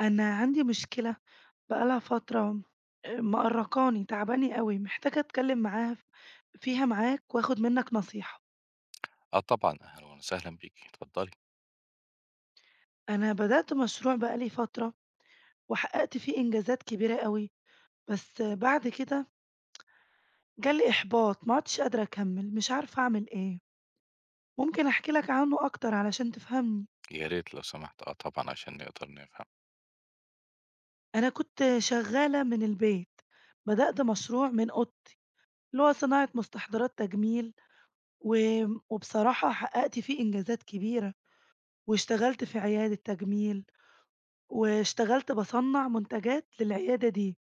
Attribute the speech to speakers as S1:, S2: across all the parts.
S1: أنا عندي مشكلة بقى لها فترة، مأرّقاني، تعباني أوي، محتاجة أتكلم معاها فيها معاك وآخد منّك نصيحة.
S2: آه طبعًا، أهلًا وسهلًا بيكِ، اتفضلي.
S1: أنا بدأت مشروع بقى لي فترة وحققت فيه إنجازات كبيرة أوي، بس بعد كده جالي إحباط ما عُدتش قادرة أكمّل، مش عارفة أعمل إيه. ممكن أحكي لك عنه أكتر علشان تفهمني.
S2: يا ريت لو سمحتِ، آه طبعًا عشان نقدر نفهم،
S1: أنا كنت شغّالة من البيت، بدأت مشروع من أوضتي، اللي هو صناعة مستحضرات تجميل، و وبصراحة حققت فيه إنجازات كبيرة. واشتغلت في عيادة تجميل، واشتغلت باصنّع منتجات للعيادة دي،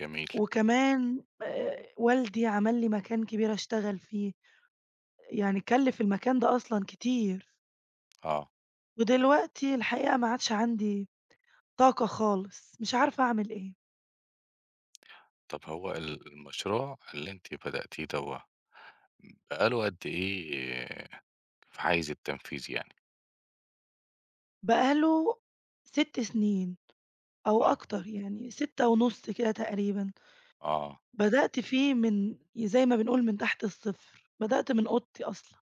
S2: جميل،
S1: وكمان والدي عمل لي مكان كبير أشتغل فيه، يعني كلِّف المكان ده أصلًا كتير،
S2: آه.
S1: ودلوقتي الحقيقة ما عادش عندي طاقة خالص، مش عارفة أعمل إيه.
S2: طب هو المشروع اللي أنتِ بدأتيه دوّة، بقى له قد إيه في حيز التنفيذ يعني؟
S1: بقى له 6 سنين أو
S2: آه،
S1: أكتر يعني 6.5 كده تقريبًا،
S2: آه،
S1: بدأت فيه من زي ما بنقول من تحت الصفر، بدأت من أوضتي أصلًا،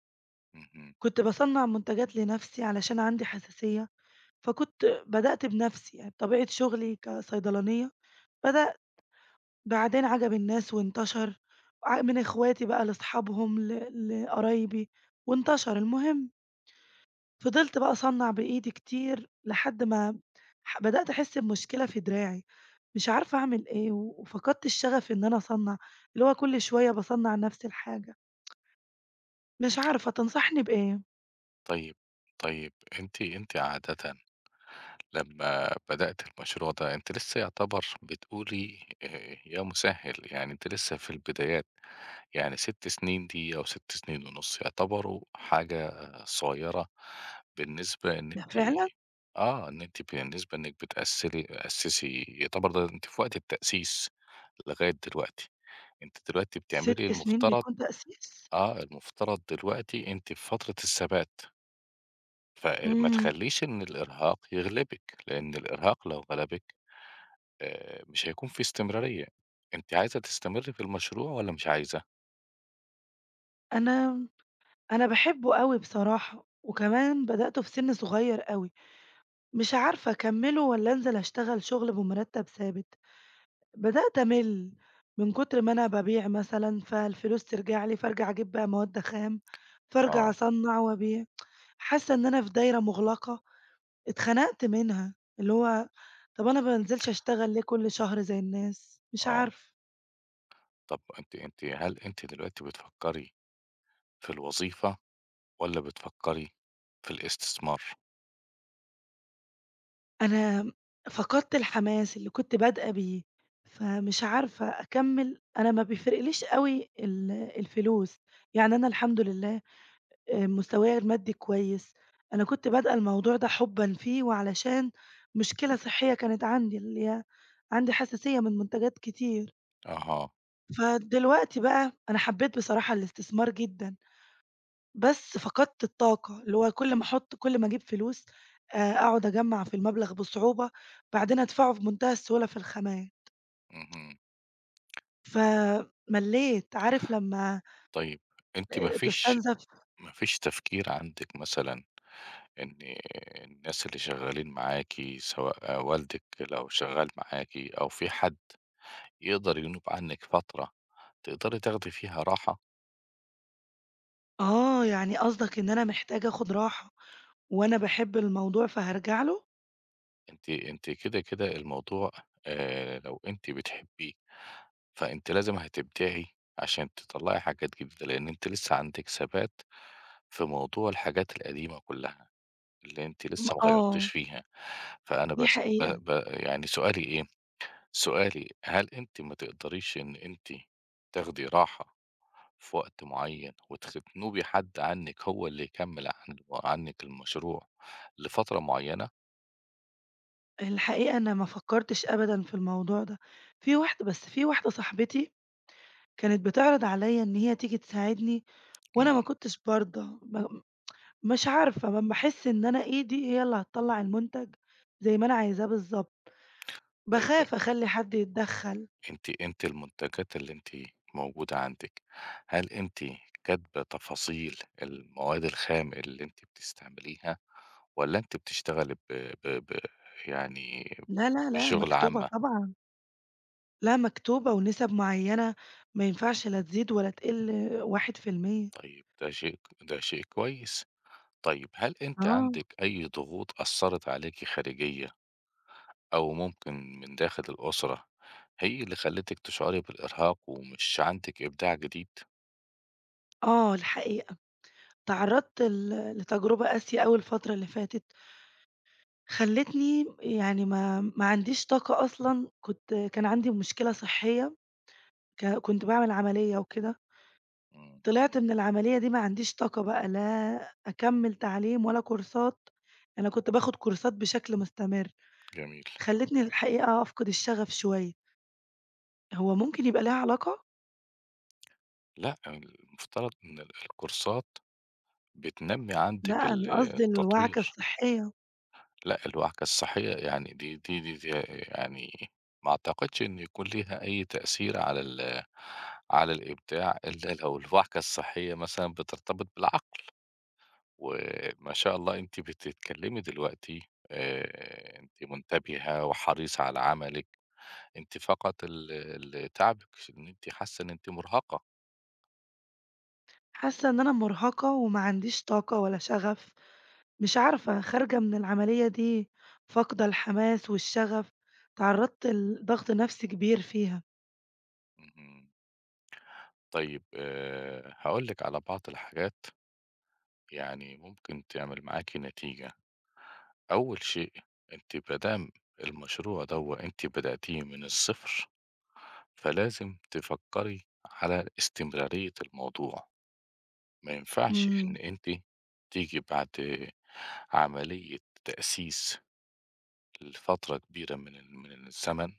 S2: اهم.
S1: كنت باصنّع منتجات لنفسي علشان عندي حساسية. فكنت بدأت بنفسي، يعني بطبيعة شغلي كصيدلانية، بدأ بعدين عجب الناس وانتشر، ع من إخواتي بقى لأصحابهم لقرايبي وانتشر. المهم فضلت بقى أصنّع بإيدي كتير لحد ما بدأت أحس بمشكلة في دراعي، مش عارفة أعمل إيه، وفقدت الشغف إن أنا أصنّع، اللي هو كل شوية باصنّع نفس الحاجة، مش عارفة تنصحني بإيه؟
S2: طيب، طيب أنتِ عادةً لمّا بدأتِ المشروع ده، أنتِ لسه يعتبر بتقولي يا مسهِّل، يعني أنتِ لسه في البدايات. يعني 6 سنين دي أو 6 سنين ونُص يعتبروا حاجة صغيرة بالنسبة إن
S1: ده
S2: أنتِ
S1: فعلًا
S2: إن أنتِ بالنسبة إنِّك بتأثّري أسّسي يعتبر ده أنتِ في وقت التأسيس لغاية دلوقتي، أنتِ دلوقتي
S1: 6
S2: بتعملي
S1: سنين
S2: المفترض
S1: بيكون تأسيس؟
S2: آه، المفترض دلوقتي أنتِ في فترة الثبات، فما
S1: إمم،
S2: تخلّيش إن الإرهاق يغلبِك، لإن الإرهاق لو غلبِك مش هيكون في استمرارية، أنتِ عايزة تستمري في المشروع والّا مش عايزة؟
S1: أنا أنا باحبه أوي بصراحة، وكمان بدأته في سِن صغير أوي، مش عارفة أكمّله والّا أنزل أشتغل شغل بمرتب ثابت، بدأت أمِل من كتر ما أنا بابيع مثلًا، فالفلوس ترجع لي، فارجع أجيب بقى مواد خام، فارجع
S2: آه،
S1: أصنّع وأبيع، حاسة إن أنا في دايرة مُغلقة اتخنقت منها، اللي هو طَب أنا ما بانزلش أشتغل ليه كل شهر زي الناس؟ مش
S2: آه.
S1: عارفة.
S2: طب أنتِ أنتِ هل أنتِ دلوقتي بتفكّري في الوظيفة والّا بتفكّري في الاستثمار؟
S1: أنا فقدت الحماس اللي كنت بادئة بيه، فمش عارفة أكمّل. أنا ما بيفرقليش أوي الفلوس، يعني أنا الحمد لله مستواي المادي كويس. أنا كنت بادئة الموضوع ده حُبًا فيه وعلشان مشكلة صحية كانت عندي، اللي هي عندي حساسية من منتجات كتير.
S2: أها،
S1: فدلوقتي بقى أنا حبّيت بصراحة الاستثمار جدًا. بس فقدت الطاقة، اللي هو كل ما أحط كل ما أجيب فلوس أقعد أجمّع في المبلغ بصعوبة، بعدين أدفعه بمنتهى السهولة في الخَمَاية،
S2: اهم.
S1: فملّيت، عارف لمّا
S2: طيب أنتِ ما فيش
S1: تستنزف.
S2: ما فيش تفكير عندِك مثلًا إن الناس اللي شغّالين معاكِ سواء والدِك لو شغّال معاكِ أو في حد يقدر ينوب عنِّك فترة تقدري تاخدي فيها راحة؟
S1: آه، يعني قصدك إن أنا محتاجة آخُد راحة وأنا باحب الموضوع فهارجع له؟
S2: أنتِ كده، كده الموضوع لو أنتِ بتحبّيه، فأنتِ لازم هتبدعي عشان تطلّعي حاجات جديدة، لإن أنتِ لسّه عندِك ثبات في موضوع الحاجات القديمة كلّها، اللي أنتِ لسه ما غيّرتيش
S1: آه،
S2: فيها، فأنا
S1: دي
S2: بس ب
S1: حقيقة،
S2: ب يعني سؤالي هل أنتِ ما تقدريش إن أنتِ تاخدي راحة في وقت معيّن وتخنوبي حد عنِّك هو اللي يكمّل عنِّك المشروع لفترة معيّنة؟
S1: الحقيقة أنا ما فكّرتش أبدًا في الموضوع ده، في واحدة صاحبتي كانت بتعرض عليّا إن هي تيجي تساعدني وأنا ما
S2: إمم،
S1: كنتش بارضى، مش عارفة، أمّا باحس إن أنا إيدي هي اللي هتطلّع المنتج زي ما أنا عايزاه بالضبط،
S2: طيب
S1: باخاف أخلّي حد يتدخّل.
S2: أنتِ المنتجات اللي أنتِ موجودة عندِك، هل أنتِ كاتبة تفاصيل المواد الخام اللي أنتِ بتستعمليها؟ والّا أنتِ بتشتغلي ب ب ب يعني
S1: لا، لا، لا،
S2: بشغل
S1: مكتوبة
S2: عامة؟
S1: طبعًا، لا مكتوبة ونِسَب معيّنة ما ينفعش لا تزيد ولا تقِل 1%.
S2: طيب ده شيء كويس. طيب هل أنتِ
S1: آه،
S2: عندِك أي ضغوط أثّرت عليكِ خارجية أو ممكن من داخل الأسرة هي اللي خلّتِك تشعري بالإرهاق ومش عندِك إبداع جديد؟
S1: آه، الحقيقة تعرّضت لتجربة قاسية أوي الفترة اللي فاتت، خلّتني يعني ما عنديش طاقة أصلًا كنت كان عندي مشكلة صحية، كنت باعمل عملية وكده.
S2: إمم،
S1: طلعت من العملية دي ما عنديش طاقة بقى لا أكمّل تعليم ولا كورسات، أنا كنت باخد كورسات بشكل مستمر،
S2: جميل.
S1: خلّتني الحقيقة أفقد الشغف شوية. هو ممكن يبقى ليها علاقة؟
S2: لأ، المفترض إن الكورسات بتنمّي عندِك
S1: لأ،
S2: ال
S1: أنا قصدي الوعكة
S2: التطوير.
S1: الصحية،
S2: لأ، الوعكة الصحية يعني دي يعني ما أعتقدش إن يكون ليها أي تأثير على الإبداع إلا لو الوعكة الصحية مثلًا بترتبط بالعقل، وما شاء الله أنتِ بتتكلمي دلوقتي أنتِ منتبهة وحريصة على عملِك، أنتِ فقط اللي تعبِك إن أنتِ حاسة إن أنتِ مرهقة.
S1: حاسة إن أنا مرهقة وما عنديش طاقة ولا شغف، مش عارفة خارجة من العملية دي فاقدة الحماس والشغف، اتعرّضت لضغط نفسي كبير فيها.
S2: اهم، طيب هاقول لِك على بعض الحاجات يعني ممكن تعمل معاكِ نتيجة. أول شيء أنتِ ما دام المشروع دوّة أنتِ بدأتيه من الصفر، فلازم تفكّري على استمرارية الموضوع، ما ينفعش إن
S1: إمم،
S2: أنتِ تيجي بعد عملية تأسيس لفترة كبيرة من الزمن،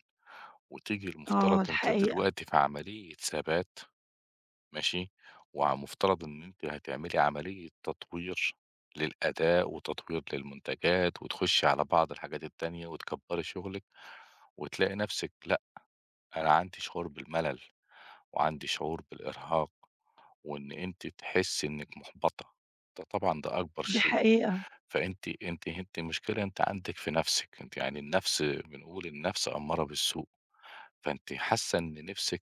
S2: وتيجي المفترض
S1: آه
S2: أنتِ
S1: الحقيقة،
S2: دلوقتي في عملية ثبات ماشي، ومفترض إن أنتِ هتعملي عملية تطوير للأداء وتطوير للمنتجات، وتخشي على بعض الحاجات التانية وتكبّري شغلِك. وتلاقي نفسِك لأ، أنا عندي شعور بالملل، وعندي شعور بالإرهاق، وإن أنتِ تحسّي إنِّك مُحبَطة، ده طبعًا ده أكبر
S1: دي
S2: شيء،
S1: حقيقة،
S2: فأنتِ أنتِ أنتِ المشكلة أنتِ عندِك في نَفْسِك، أنتِ يعني النَفْس بنقول النَفْس أمّارة بالسوء، فأنتِ حاسة إن نِفْسِك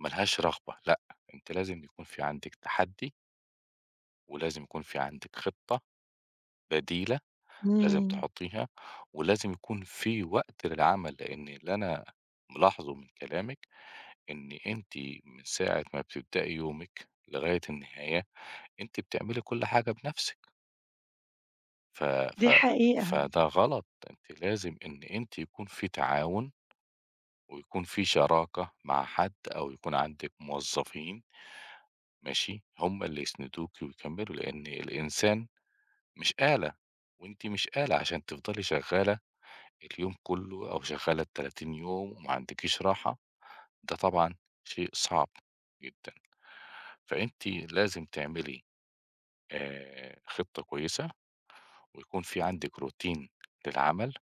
S2: ما لهاش رغبة، لأ، أنتِ لازم يكون في عندِك تحدّي، ولازم يكون في عندِك خطة بديلة لازم
S1: إمم،
S2: تحطّيها، ولازم يكون في وقت للعمل، لإن اللي أنا ملاحظه من كلامِك إن أنتِ من ساعة ما بتبدئي يومِك لغاية النهاية، أنتِ بتعملي كل حاجة بنفسِك، ف ف
S1: دي حقيقة.
S2: فده غلط، أنتِ لازم إن أنتِ يكون في تعاون ويكون في شراكة مع حد أو يكون عندِك موظفين ماشي، هم اللي يسندوكِ ويكمّلوا، لإن الإنسان مش آلة وأنتِ مش آلة عشان تفضلي شغّالة اليوم كُلّه أو شغّالة ال30 يوم وما عندكيش راحة، ده طبعًا شيء صعب جدًا، فأنتِ لازم تعملي خطة كويسة ويكون في عندِك روتين للعمل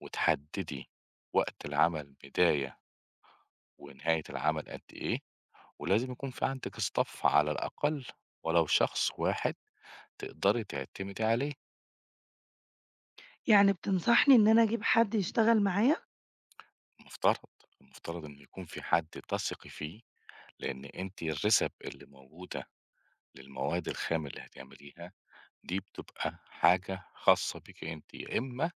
S2: وتحددي وقت العمل بداية ونهاية العمل قد إيه، ولازم يكون في عندِك staff على الأقل ولو شخص واحد تقدري تعتمدي عليه،
S1: يعني بتنصحني إن أنا أجيب حد يشتغل معايا؟
S2: المفترض، المفترض إن يكون في حد تثقي فيه، لإن أنتِ الرِسَب اللي موجودة للمواد الخام اللي هتعمليها دي بتبقى حاجة خاصة بيكِ أنتِ، يا إما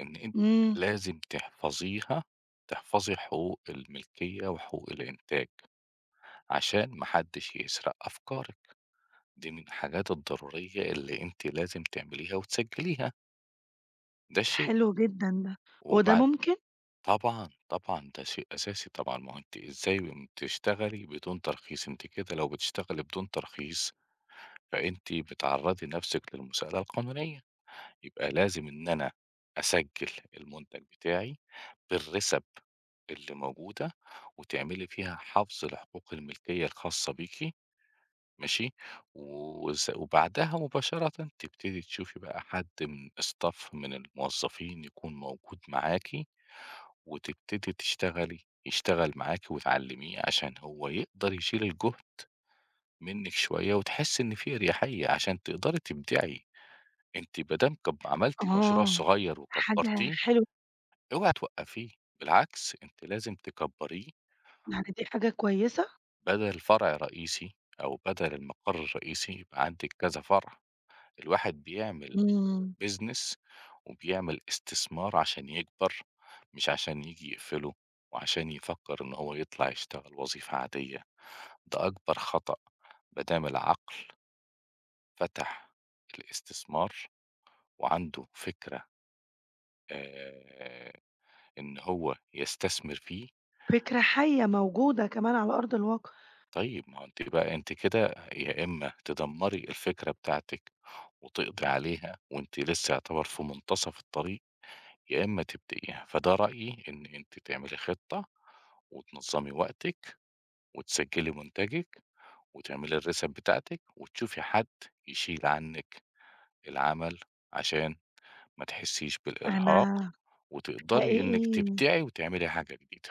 S2: إن أنتِ
S1: إمم،
S2: لازم تحفظيها، تحفظي حقوق الملكية وحقوق الإنتاج، عشان ما حدش يسرق أفكارِك، دي من الحاجات الضرورية اللي أنتِ لازم تعمليها وتسجليها، ده
S1: ده
S2: شيء،
S1: حلو جدًا ده، هو ده
S2: وبعد
S1: ممكن؟
S2: طبعًا، طبعًا ده شيء أساسي طبعًا، ما هو أنتِ إزاي تشتغلي بدون ترخيص؟ أنتِ كده لو بتشتغلي بدون ترخيص، فأنتِ بتعرّضي نفسِك للمساءلة القانونية. يبقى لازم إن أنا أسجّل المنتج بتاعي بالرِسَب اللي موجودة، وتعملي فيها حَفظ لحقوق الملكية الخاصة بيكِ ماشي، وبعدها مباشرةً تبتدي تشوفي بقى حد من staff من الموظفين يكون موجود معاكِ، وتبتدي تشتغلي يشتغل معاكِ وتعلّميه عشان هو يقدر يشيل الجُهد منِّك شوية وتحسّي إن في إريحية عشان تقدري تبدعي. أنتِ ما دام عملتِ مشروع
S1: آه،
S2: صغير
S1: حاجة
S2: وكبّرتيه
S1: حلوة
S2: اوعي توقّفيه، بالعكس أنتِ لازم تكبّريه
S1: يعني دي حاجة كويسة؟
S2: بدل فرع رئيسي أو بدل المقر الرئيسي يبقى عندِك كذا فرع، الواحد بيعمل
S1: إمم،
S2: business وبيعمل استثمار عشان يكبر، مش عشان ييجي يقفله وعشان يفكّر إن هو يطلع يشتغل وظيفة عادية، ده أكبر خطأ، ما دام العقل فتح الاستثمار وعنده فكرة آآ إن هو يستثمر فيه
S1: فكرة حية موجودة كمان على أرض الواقع،
S2: طيب ما هو أنتِ بقى أنتِ كده يا إما تدمّري الفكرة بتاعتِك وتقضي عليها وأنتِ لسه يعتبر في منتصف الطريق، يا إما تبدئيها، فده رأيي إن أنتِ تعملي خطة وتنظّمي وقتِك وتسجّلي منتجِك وتعملي الرِسَم بتاعتِك وتشوفي حد يشيل عنِّك العمل عشان ما تحسّيش بالإرهاق
S1: أنا
S2: وتقدري إنِّك
S1: حقيقي
S2: تبدعي وتعملي حاجة جديدة.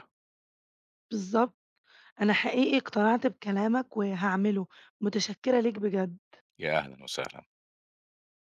S1: بالضبط، أنا حقيقي اقتنعت بكلامك وهاعمله، متشكرة ليك بجد.
S2: يا أهلًا وسهلًا.